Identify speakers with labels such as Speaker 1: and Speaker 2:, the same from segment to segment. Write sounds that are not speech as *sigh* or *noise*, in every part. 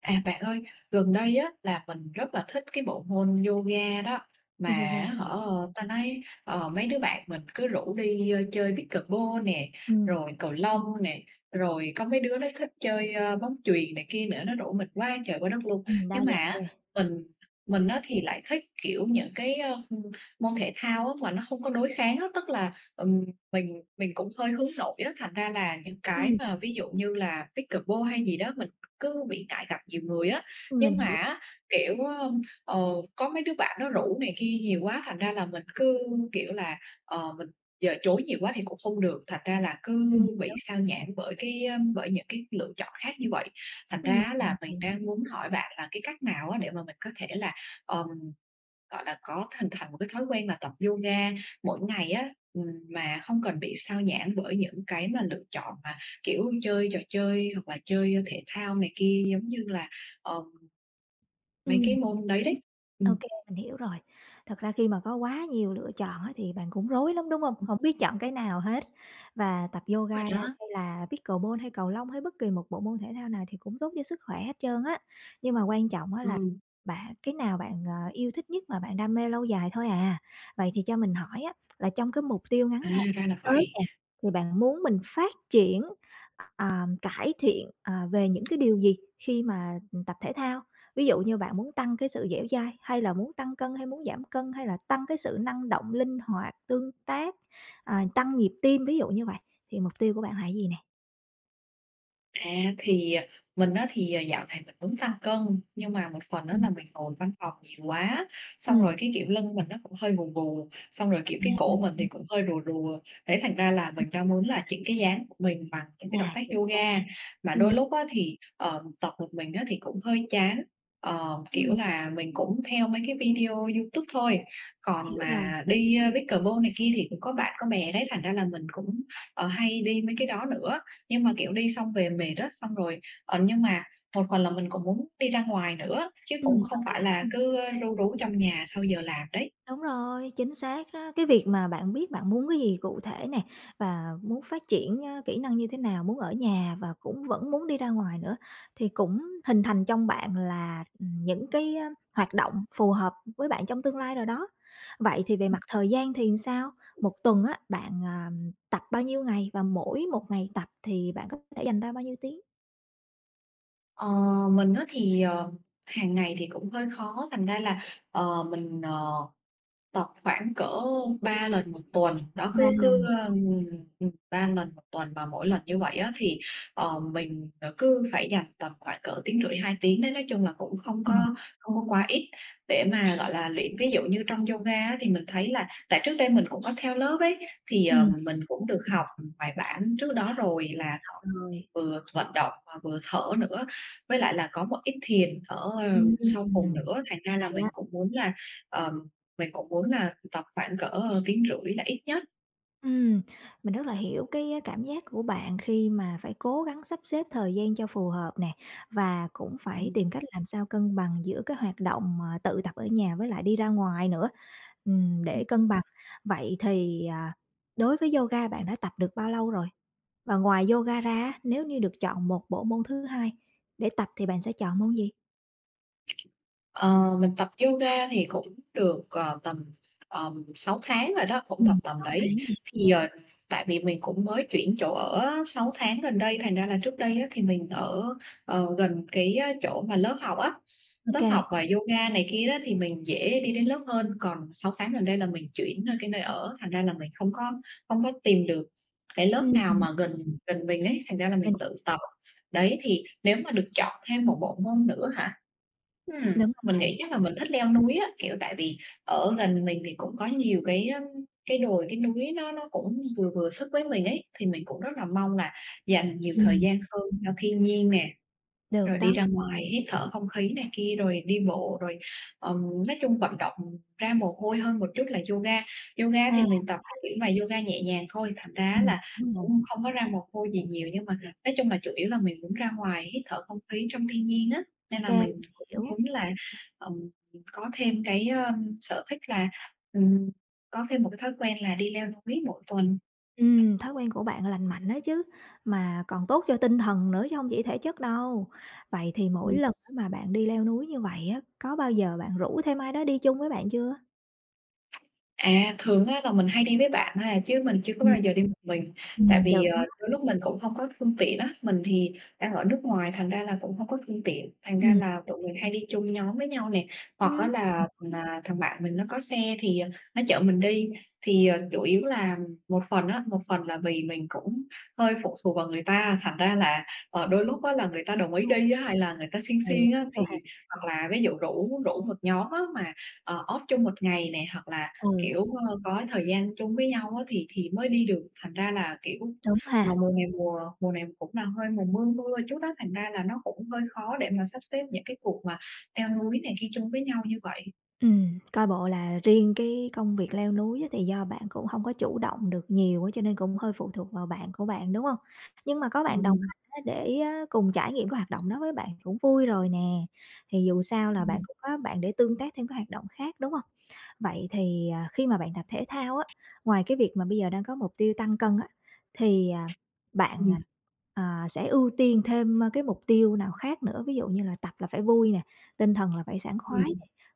Speaker 1: Bạn ơi, gần đây á là mình rất là thích cái bộ môn yoga đó mà
Speaker 2: Yoga,
Speaker 1: ở hả. Ta nói, mấy đứa bạn mình cứ rủ đi, chơi pickleball nè,
Speaker 2: ừm,
Speaker 1: rồi cầu lông nè, rồi có mấy đứa nó thích chơi, bóng chuyền này kia nữa, nó rủ mình qua trời qua đất luôn.
Speaker 2: đa
Speaker 1: Nhưng mà
Speaker 2: dạng
Speaker 1: á,
Speaker 2: ghê.
Speaker 1: mình mình nó thì lại thích, kiểu, những cái, môn thể thao á mà nó không có đối kháng á, tức là, mình cũng hơi hướng nội đó, thành ra là những cái
Speaker 2: Ừm,
Speaker 1: mà ví dụ như là pickleball hay gì đó mình cứ bị ngại gặp nhiều người á.
Speaker 2: mình
Speaker 1: Nhưng mà
Speaker 2: hiểu,
Speaker 1: á, kiểu, ờ, có mấy đứa bạn nó rủ này kia nhiều quá, thành ra là mình cứ, kiểu là, mình giờ chối nhiều quá thì cũng không được, thành ra là cứ
Speaker 2: ừm,
Speaker 1: bị sao nhãng bởi bởi những cái lựa chọn khác như vậy. Thành ra á là
Speaker 2: mình
Speaker 1: mình
Speaker 2: hiểu,
Speaker 1: đang muốn hỏi bạn là cái cách nào á để mà mình có thể là, ờm, gọi là, có hình thành một cái thói quen là tập yoga mỗi ngày á, mà không cần bị xao nhãng bởi những cái mà lựa chọn mà, kiểu, chơi trò chơi hoặc là chơi thể thao này kia, giống như là, ờ, mấy cái
Speaker 2: ừm.
Speaker 1: môn đấy đấy. Ừm.
Speaker 2: OK mình hiểu rồi. Thật ra khi mà có quá nhiều lựa chọn á thì bạn cũng rối lắm, đúng không? Không biết chọn cái nào hết. Và tập yoga
Speaker 1: Đúng
Speaker 2: hay
Speaker 1: rồi đó.
Speaker 2: là pickleball hay cầu lông hay bất kỳ một bộ môn thể thao nào thì cũng tốt cho sức khỏe hết trơn á. Nhưng mà quan trọng á là
Speaker 1: Ừ.
Speaker 2: bạn cái nào bạn, yêu thích nhất mà bạn đam mê lâu dài thôi à. Vậy thì cho mình hỏi á là trong cái mục tiêu ngắn
Speaker 1: À,
Speaker 2: hạn
Speaker 1: ra là
Speaker 2: tới
Speaker 1: vậy.
Speaker 2: nè, thì bạn muốn mình phát triển, ờ, cải thiện, về những cái điều gì khi mà tập thể thao? Ví dụ như bạn muốn tăng cái sự dẻo dai, hay là muốn tăng cân, hay muốn giảm cân, hay là tăng cái sự năng động, linh hoạt, tương tác, tăng nhịp tim, ví dụ như vậy, thì mục tiêu của bạn là cái gì nè?
Speaker 1: À, thì, mình á thì, dạo này mình muốn tăng cân, nhưng mà một phần đó
Speaker 2: Ừm.
Speaker 1: là mình ngồi văn phòng nhiều quá, xong
Speaker 2: Ừm,
Speaker 1: rồi cái, kiểu, lưng mình nó cũng hơi gù gù, xong rồi, kiểu, cái cổ mình thì
Speaker 2: ừm,
Speaker 1: cũng hơi rùa rùa. Thế thành ra là mình đang muốn là chỉnh cái dáng của mình bằng những cái động
Speaker 2: à,
Speaker 1: tác
Speaker 2: chuẩn quá.
Speaker 1: yoga. Mà đôi
Speaker 2: Ừm,
Speaker 1: lúc á thì, tập một mình á thì cũng hơi chán, kiểu
Speaker 2: ừm,
Speaker 1: là, mình cũng theo mấy cái video YouTube thôi, còn
Speaker 2: hiểu rồi.
Speaker 1: mà đi, pickleball này kia thì cũng có bạn có bè đấy, thành ra là mình cũng, hay đi mấy cái đó nữa. Nhưng mà, kiểu, đi xong về mệt á, xong rồi nhưng mà một phần là mình cũng muốn đi ra ngoài nữa, chứ cũng không
Speaker 2: OK.
Speaker 1: phải là cứ ru rú trong nhà sau giờ làm đấy.
Speaker 2: Đúng rồi, chính xác đó. Cái việc mà bạn biết bạn muốn cái gì cụ thể nè, và muốn phát triển, kỹ năng như thế nào, muốn ở nhà và cũng vẫn muốn đi ra ngoài nữa, thì cũng hình thành trong bạn là, những cái, hoạt động phù hợp với bạn trong tương lai rồi đó. Vậy thì về mặt thời gian thì sao? Một tuần á, bạn, tập bao nhiêu ngày và mỗi một ngày tập thì bạn có thể dành ra bao nhiêu tiếng?
Speaker 1: Ờ, mình á thì, hàng ngày thì cũng hơi khó, thành ra là, mình, tập khoảng cỡ 3 lần một tuần, nó
Speaker 2: Ba
Speaker 1: cứ
Speaker 2: lần
Speaker 1: cứ,
Speaker 2: một
Speaker 1: 3 lần một tuần mà mỗi lần như vậy á thì, mình, cứ phải dành tầm khoảng cỡ tiếng rưỡi, 2 tiếng đấy, nói chung là cũng không có
Speaker 2: tuần.
Speaker 1: không có quá ít để mà, gọi là, luyện. Ví dụ như trong yoga á thì mình thấy là tại trước đây mình cũng có theo lớp ấy, thì,
Speaker 2: Ừm,
Speaker 1: mình cũng được học bài bản trước đó rồi, là có
Speaker 2: rồi.
Speaker 1: vừa vận động và vừa thở nữa, với lại là có một ít thiền ở, sau cùng
Speaker 2: Ừm.
Speaker 1: nữa, thành ra là
Speaker 2: Hay á.
Speaker 1: ờ mình cũng muốn là tập khoảng cỡ, tiếng rưỡi là ít nhất.
Speaker 2: Ừm, mình rất là hiểu cái, cảm giác của bạn khi mà phải cố gắng sắp xếp thời gian cho phù hợp nè, và cũng phải
Speaker 1: Ừm.
Speaker 2: tìm cách làm sao cân bằng giữa cái hoạt động, tự tập ở nhà với lại đi ra ngoài nữa, để cân bằng. Vậy thì, đối với yoga bạn đã tập được bao lâu rồi? Và ngoài yoga ra nếu như được chọn một bộ môn thứ hai để tập thì bạn sẽ chọn môn gì?
Speaker 1: Ờ, mình tập yoga thì cũng được, tầm, 6 tháng rồi đó, cũng tầm tầm
Speaker 2: 6
Speaker 1: đấy.
Speaker 2: tháng nè.
Speaker 1: Thì, tại vì mình cũng mới chuyển chỗ ở sáu tháng gần đây, thành ra là trước đây á, thì mình ở, gần cái, chỗ mà lớp học á,
Speaker 2: Ô
Speaker 1: lớp
Speaker 2: kê,
Speaker 1: học và yoga này kia đó thì mình dễ đi đến lớp hơn. Còn 6 tháng gần đây là mình chuyển cái nơi ở, thành ra là mình không có tìm được cái lớp nào mà gần gần mình ấy, thành ra là mình
Speaker 2: mình
Speaker 1: tự tập. Đấy, thì nếu mà được chọn thêm một bộ môn nữa hả? Ừm,
Speaker 2: đúng
Speaker 1: mình nghĩ
Speaker 2: rồi,
Speaker 1: chắc là mình thích leo núi á, kiểu, tại vì ở gần mình thì cũng có nhiều cái, cái đồi, cái núi nó cũng vừa vừa sức với mình ấy, thì mình cũng rất là mong là dành nhiều thời
Speaker 2: ừm,
Speaker 1: gian hơn cho thiên nhiên nè,
Speaker 2: được
Speaker 1: rồi
Speaker 2: đó,
Speaker 1: đi ra ngoài hít thở không khí này kia, rồi đi bộ, rồi, ừm, nói chung vận động ra mồ hôi hơn một chút là yoga. Yoga thì
Speaker 2: à,
Speaker 1: mình tập cái kiểu mà yoga nhẹ nhàng thôi, thành ra là
Speaker 2: đúng rồi.
Speaker 1: cũng không có ra mồ hôi gì nhiều, nhưng mà nói chung là chủ yếu là mình muốn ra ngoài hít thở không khí trong thiên nhiên á, nên là
Speaker 2: Ô
Speaker 1: mình cũng
Speaker 2: hiểu.
Speaker 1: muốn là, ừm, có thêm cái, sở thích là, ừm, có thêm một cái thói quen là đi leo núi mỗi tuần.
Speaker 2: Thói quen của bạn lành mạnh đó chứ, mà còn tốt cho tinh thần nữa chứ không chỉ thể chất đâu. Vậy thì mỗi lần á mà bạn đi leo núi như vậy á, có bao giờ bạn rủ thêm ai đó đi chung với bạn chưa?
Speaker 1: À, thường á là mình hay đi với bạn ha, chứ mình chưa có bao
Speaker 2: Ừm,
Speaker 1: giờ đi một mình. Tại vì,
Speaker 2: được đó,
Speaker 1: đôi lúc mình cũng hông có phương tiện á, mình thì đang ở nước ngoài, thành ra là cũng hông có phương tiện, thành ra
Speaker 2: ừm.
Speaker 1: là tụi mình hay đi chung nhóm với nhau nè. Hoặc á
Speaker 2: Ừm.
Speaker 1: là, thằng bạn mình nó có xe thì, nó chở mình đi. Thì, chủ yếu là một phần á, một phần là vì mình cũng hơi phụ thuộc vào người ta, thành ra là, đôi lúc á là người ta đồng ý đi á, hay là người ta siêng
Speaker 2: Ừ,
Speaker 1: siêng
Speaker 2: *laughs*
Speaker 1: á,
Speaker 2: ừ,
Speaker 1: thì hoặc là ví dụ rủ rủ một nhóm á mà, off chung một ngày nè, hoặc là
Speaker 2: ừ,
Speaker 1: kiểu, có thời gian chung với nhau á thì mới đi được, thành ra là, kiểu,
Speaker 2: đúng
Speaker 1: mà
Speaker 2: ha.
Speaker 1: mùa này cũng là hơi mùa mưa mưa chút á, thành ra là nó cũng hơi khó để mà sắp xếp những cái cuộc mà leo núi này kia chung với nhau như vậy.
Speaker 2: Coi bộ là riêng cái công việc leo núi á, thì do bạn cũng hông có chủ động được nhiều á, cho nên cũng hơi phụ thuộc vào bạn của bạn, đúng hông? Nhưng mà có bạn đồng
Speaker 1: Ừm,
Speaker 2: hành á, để á, cùng trải nghiệm cái hoạt động đó với bạn cũng vui rồi nè, thì dù sao là bạn
Speaker 1: ừm,
Speaker 2: cũng có bạn để tương tác thêm các hoạt động khác, đúng hông? Vậy thì, khi mà bạn tập thể thao á, ngoài cái việc mà bây giờ đang có mục tiêu tăng cân á, thì, bạn,
Speaker 1: ừm,
Speaker 2: sẽ ưu tiên thêm, cái mục tiêu nào khác nữa? Ví dụ như là tập là phải vui nè, tinh thần là phải sảng
Speaker 1: ừm.
Speaker 2: khoái,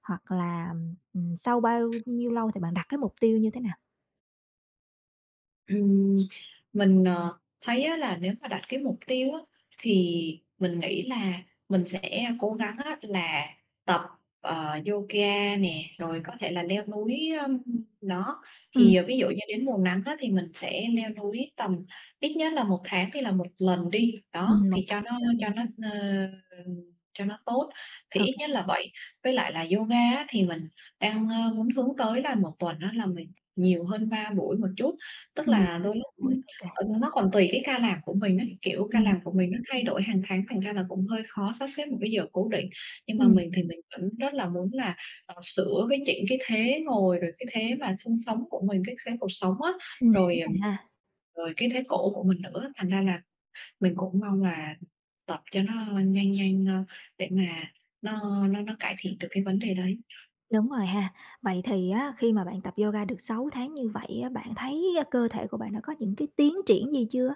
Speaker 2: hoặc là, sau bao nhiêu lâu thì bạn đặt cái mục tiêu như thế nào?
Speaker 1: Ừm, mình, thấy á là nếu mà đặt cái mục tiêu á, thì mình nghĩ là mình sẽ cố gắng á là tập, yoga nè, rồi có thể là leo núi, đó.
Speaker 2: Ừm,
Speaker 1: Thì, ví dụ như đến mùa nắng á, thì mình sẽ leo núi tầm ít nhất là một tháng thì là một lần đi, đó,
Speaker 2: một
Speaker 1: thì cho
Speaker 2: tháng,
Speaker 1: nó cho nó, ờ, cho nó tốt, thì
Speaker 2: ô
Speaker 1: ít
Speaker 2: kê,
Speaker 1: nhất là vậy. Với lại là yoga á, thì mình đang, muốn hướng tới là một tuần đó là mình nhiều hơn 3 buổi một chút. Tức
Speaker 2: nhiều
Speaker 1: là
Speaker 2: hơn
Speaker 1: đôi lúc,
Speaker 2: 3 buổi, ô kê.
Speaker 1: nó còn tùy cái ca làm của mình ấy, kiểu, ca
Speaker 2: Ừm,
Speaker 1: làm của mình nó thay đổi hàng tháng, thành ra là cũng hơi khó sắp xếp một cái giờ cố định. Nhưng mà
Speaker 2: ừm,
Speaker 1: mình thì mình vẫn rất là muốn là, sửa với chỉnh cái thế ngồi, rồi cái thế mà xương sống của mình, cái thế cột sống á, rồi,
Speaker 2: đúng rồi ha,
Speaker 1: rồi cái thế cổ của mình nữa. Thành ra là mình cũng mong là tập cho nó nhanh nhanh, để mà nó cải thiện được cái vấn đề đấy.
Speaker 2: đúng rồi ha. Vậy thì á, khi mà bạn tập yoga được 6 tháng như vậy á, bạn thấy, cơ thể của bạn đã có những cái tiến triển gì chưa?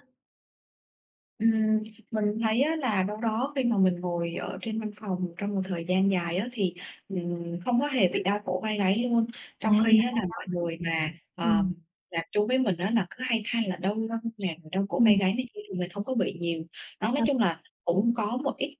Speaker 1: Ừm, mình thấy á là đâu đó khi mà mình ngồi ở trên văn phòng trong một thời gian dài á thì, ừm, không có hề bị đau cổ vai gáy luôn.
Speaker 2: À,
Speaker 1: Trong khi á là mọi người mà,
Speaker 2: ừm,
Speaker 1: làm chung với mình á là cứ hay than là đau lưng nè, rồi đau cổ vai
Speaker 2: ừm,
Speaker 1: gáy này kia thì mình không có bị nhiều. Đó, nói
Speaker 2: ô
Speaker 1: chung là cũng có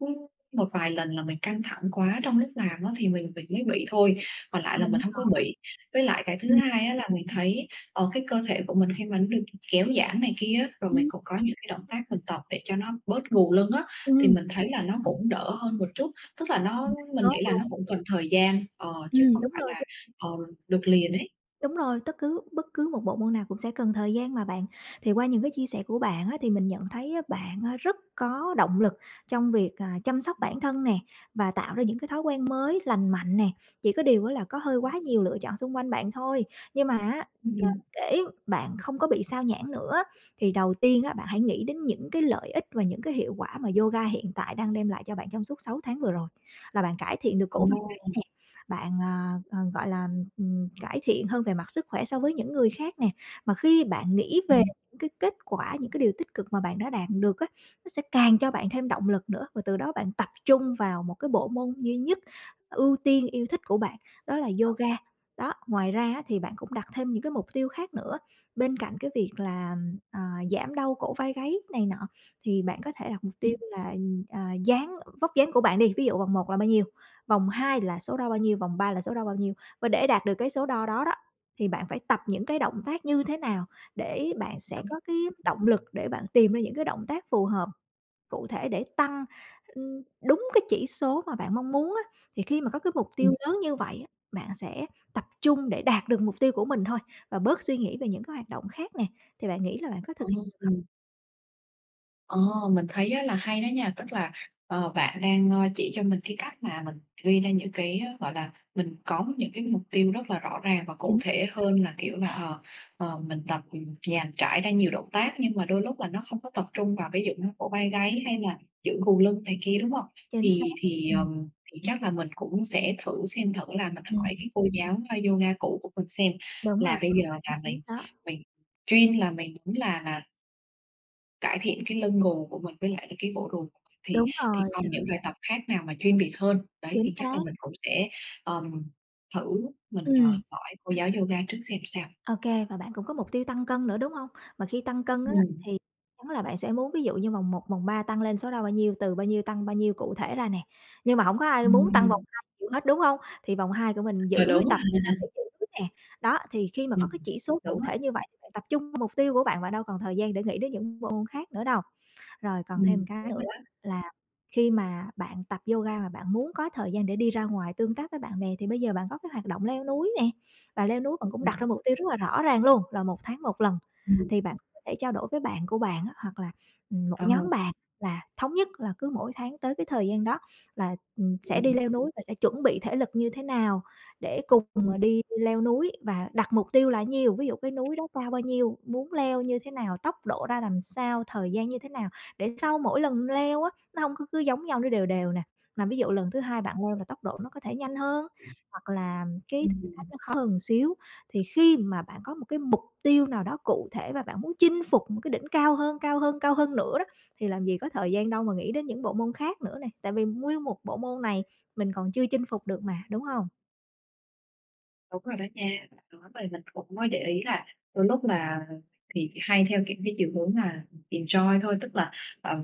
Speaker 1: một vài lần là mình căng thẳng quá trong lúc làm á thì mình mới bị thôi, còn lại
Speaker 2: kê,
Speaker 1: là mình
Speaker 2: đúng
Speaker 1: không
Speaker 2: rồi.
Speaker 1: có bị. Với lại cái thứ
Speaker 2: Ừm,
Speaker 1: hai á là mình thấy cái cơ thể của mình khi mà nó được kéo giãn này kia á, rồi mình
Speaker 2: ừm,
Speaker 1: cũng có những cái động tác mình tập để cho nó bớt gù lưng á, thì
Speaker 2: ừm,
Speaker 1: mình thấy là nó cũng đỡ hơn một chút. Tức là mình
Speaker 2: tốt
Speaker 1: nghĩ là
Speaker 2: luôn.
Speaker 1: nó cũng cần thời gian, chứ không
Speaker 2: Đúng
Speaker 1: phải
Speaker 2: rồi.
Speaker 1: là, ờ, được liền ấy.
Speaker 2: Đúng rồi, tất cứ bất cứ một bộ môn nào cũng sẽ cần thời gian mà bạn. Thì qua những cái chia sẻ của bạn á, thì mình nhận thấy á, bạn á, rất có động lực trong việc, chăm sóc bản thân nè, và tạo ra những cái thói quen mới lành mạnh nè, chỉ có điều á, là có hơi quá nhiều lựa chọn xung quanh bạn thôi. Nhưng mà á, ờ,
Speaker 1: Ừm,
Speaker 2: để bạn không có bị sao nhãng nữa, thì đầu tiên á, bạn hãy nghĩ đến những cái lợi ích và những cái hiệu quả mà yoga hiện tại đang đem lại cho bạn trong suốt 6 tháng vừa rồi, là bạn cải thiện được
Speaker 1: ồ,
Speaker 2: cổ vai gáy nè, bạn, gọi là, cải thiện hơn về mặt sức khỏe so với những người khác nè. Mà khi bạn nghĩ về
Speaker 1: ừm,
Speaker 2: những cái kết quả, những cái điều tích cực mà bạn đã đạt được á, nó sẽ càng cho bạn thêm động lực nữa và từ đó bạn tập trung vào một cái bộ môn duy nhất ưu tiên yêu thích của bạn, đó là yoga. Đó, ngoài ra á thì bạn cũng đặt thêm những cái mục tiêu khác nữa, bên cạnh cái việc là, ờ, giảm đau cổ vai gáy này nọ, thì bạn có thể đặt mục tiêu là, dáng vóc dáng của bạn đi, ví dụ vòng một là bao nhiêu, vòng 2 là số đo bao nhiêu, vòng 3 là số đo bao nhiêu. Và để đạt được cái số đo đó đó, thì bạn phải tập những cái động tác như thế nào để bạn sẽ có cái động lực để bạn tìm ra những cái động tác phù hợp, cụ thể để tăng, đúng cái chỉ số mà bạn mong muốn á. Thì khi mà có cái mục tiêu
Speaker 1: ừm,
Speaker 2: lớn như vậy á, bạn sẽ tập trung để đạt được mục tiêu của mình thôi và bớt suy nghĩ về những cái hoạt động khác nè, thì bạn nghĩ là bạn có thực
Speaker 1: ừm,
Speaker 2: hiện được
Speaker 1: ờ.
Speaker 2: không?
Speaker 1: Ờ, mình thấy á là hay đó nha, tức là, bạn đang, chỉ cho mình cái cách mà mình ghi ra những cái, gọi là, mình có những cái mục tiêu rất là rõ ràng và cụ
Speaker 2: Chính xác,
Speaker 1: thể hơn là, kiểu là, mình tập, dàn trải ra nhiều động tác nhưng mà đôi lúc là nó không có tập trung vào ví dụ như cổ vai gáy hay là giữ gù lưng này kia, đúng không?
Speaker 2: chính xác. Ừm,
Speaker 1: Thì chắc là mình cũng sẽ thử xem thử là mình
Speaker 2: ừm,
Speaker 1: hỏi cái cô giáo, yoga cũ của mình xem là bây
Speaker 2: đúng
Speaker 1: giờ
Speaker 2: rồi,
Speaker 1: là
Speaker 2: chính xác
Speaker 1: mình
Speaker 2: đó.
Speaker 1: mình chuyên là mình muốn là cải thiện cái lưng gù của mình với lại là cái bộ ruột của mình, thì
Speaker 2: Đúng rồi,
Speaker 1: còn những bài tập khác nào mà chuyên biệt hơn, đấy,
Speaker 2: chính
Speaker 1: thì chắc là
Speaker 2: xác.
Speaker 1: mình cũng sẽ, ờm, thử mình,
Speaker 2: Ừm.
Speaker 1: hỏi cô giáo yoga trước xem sao.
Speaker 2: OK và bạn cũng có mục tiêu tăng cân nữa, đúng hông? Mà khi tăng cân á,
Speaker 1: Ừm.
Speaker 2: thì chắn là bạn sẽ muốn ví dụ như vòng một, vòng 3 tăng lên số đo bao nhiêu, từ bao nhiêu tăng bao nhiêu cụ thể ra nè. Nhưng mà hổng có ai muốn tăng vòng
Speaker 1: Ừm.
Speaker 2: 2 nhiều hết, đúng hông? Thì vòng 2 của mình
Speaker 1: Ờ, đúng
Speaker 2: giữ tập
Speaker 1: rồi
Speaker 2: sao
Speaker 1: ha.
Speaker 2: để giữ nè. Đó, thì khi mà có
Speaker 1: Ừm,
Speaker 2: cái chỉ số
Speaker 1: đúng
Speaker 2: cụ
Speaker 1: á.
Speaker 2: thể như vậy thì bạn tập trung mục tiêu của bạn, và đâu còn thời gian để nghĩ đến những bộ môn khác nữa đâu. Rồi còn thêm một cái
Speaker 1: Đúng
Speaker 2: nữa
Speaker 1: rồi đó.
Speaker 2: là khi mà bạn tập yoga mà bạn muốn có thời gian để đi ra ngoài tương tác với bạn bè, thì bây giờ bạn có cái hoạt động leo núi nè, và leo núi bạn cũng đặt
Speaker 1: Ừm,
Speaker 2: ra mục tiêu rất là rõ ràng luôn là một tháng một lần.
Speaker 1: ừm,
Speaker 2: Thì bạn có thể trao đổi với bạn của bạn á, hoặc là, một
Speaker 1: ờ,
Speaker 2: nhóm bạn là thống nhất là cứ mỗi tháng tới cái thời gian đó là, sẽ đi
Speaker 1: ừm,
Speaker 2: leo núi và sẽ chuẩn bị thể lực như thế nào để cùng, mà đi leo núi và đặt mục tiêu là nhiều ví dụ cái núi đó cao bao nhiêu, muốn leo như thế nào, tốc độ ra làm sao, thời gian như thế nào. Để sau mỗi lần leo á, nó hông có cứ giống nhau, nó đều đều nè, mà ví dụ lần thứ hai bạn leo là tốc độ nó có thể nhanh hơn, hoặc là cái thử thách
Speaker 1: ừm.
Speaker 2: nó khó hơn một xíu. Thì khi mà bạn có một cái mục tiêu nào đó cụ thể và bạn muốn chinh phục một cái đỉnh cao hơn, cao hơn, cao hơn nữa đó, thì làm gì có thời gian đâu mà nghĩ đến những bộ môn khác nữa nè, tại vì nguyên một bộ môn này mình còn chưa chinh phục được mà, đúng hông?
Speaker 1: Đúng rồi đó nha. Đó, vậy mình cũng mới để ý là đôi lúc thì hay theo, kiểu, cái chiều hướng là enjoy thôi, tức là, ờ,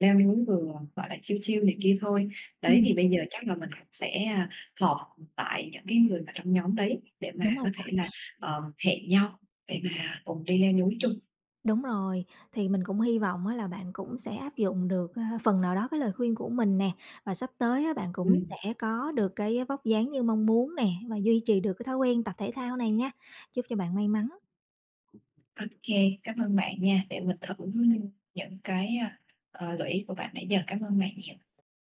Speaker 1: leo núi vừa, gọi là, chill chill này kia thôi. Đấy,
Speaker 2: Ừm,
Speaker 1: thì bây giờ chắc là mình cũng sẽ, họp lại những cái người mà trong nhóm đấy để mà
Speaker 2: đúng rồi.
Speaker 1: có thể là, hẹn nhau để mà cùng đi leo núi chung.
Speaker 2: Đúng rồi, thì mình cũng hy vọng á là bạn cũng sẽ áp dụng được, phần nào đó cái lời khuyên của mình nè, và sắp tới á bạn cũng
Speaker 1: Ừm,
Speaker 2: sẽ có được cái vóc dáng như mong muốn nè, và duy trì được cái thói quen tập thể thao này nha. Chúc cho bạn may mắn.
Speaker 1: ô, cảm ơn bạn nha, để mình thử những cái, gợi ý của bạn nãy giờ. Cảm ơn bạn nhiều.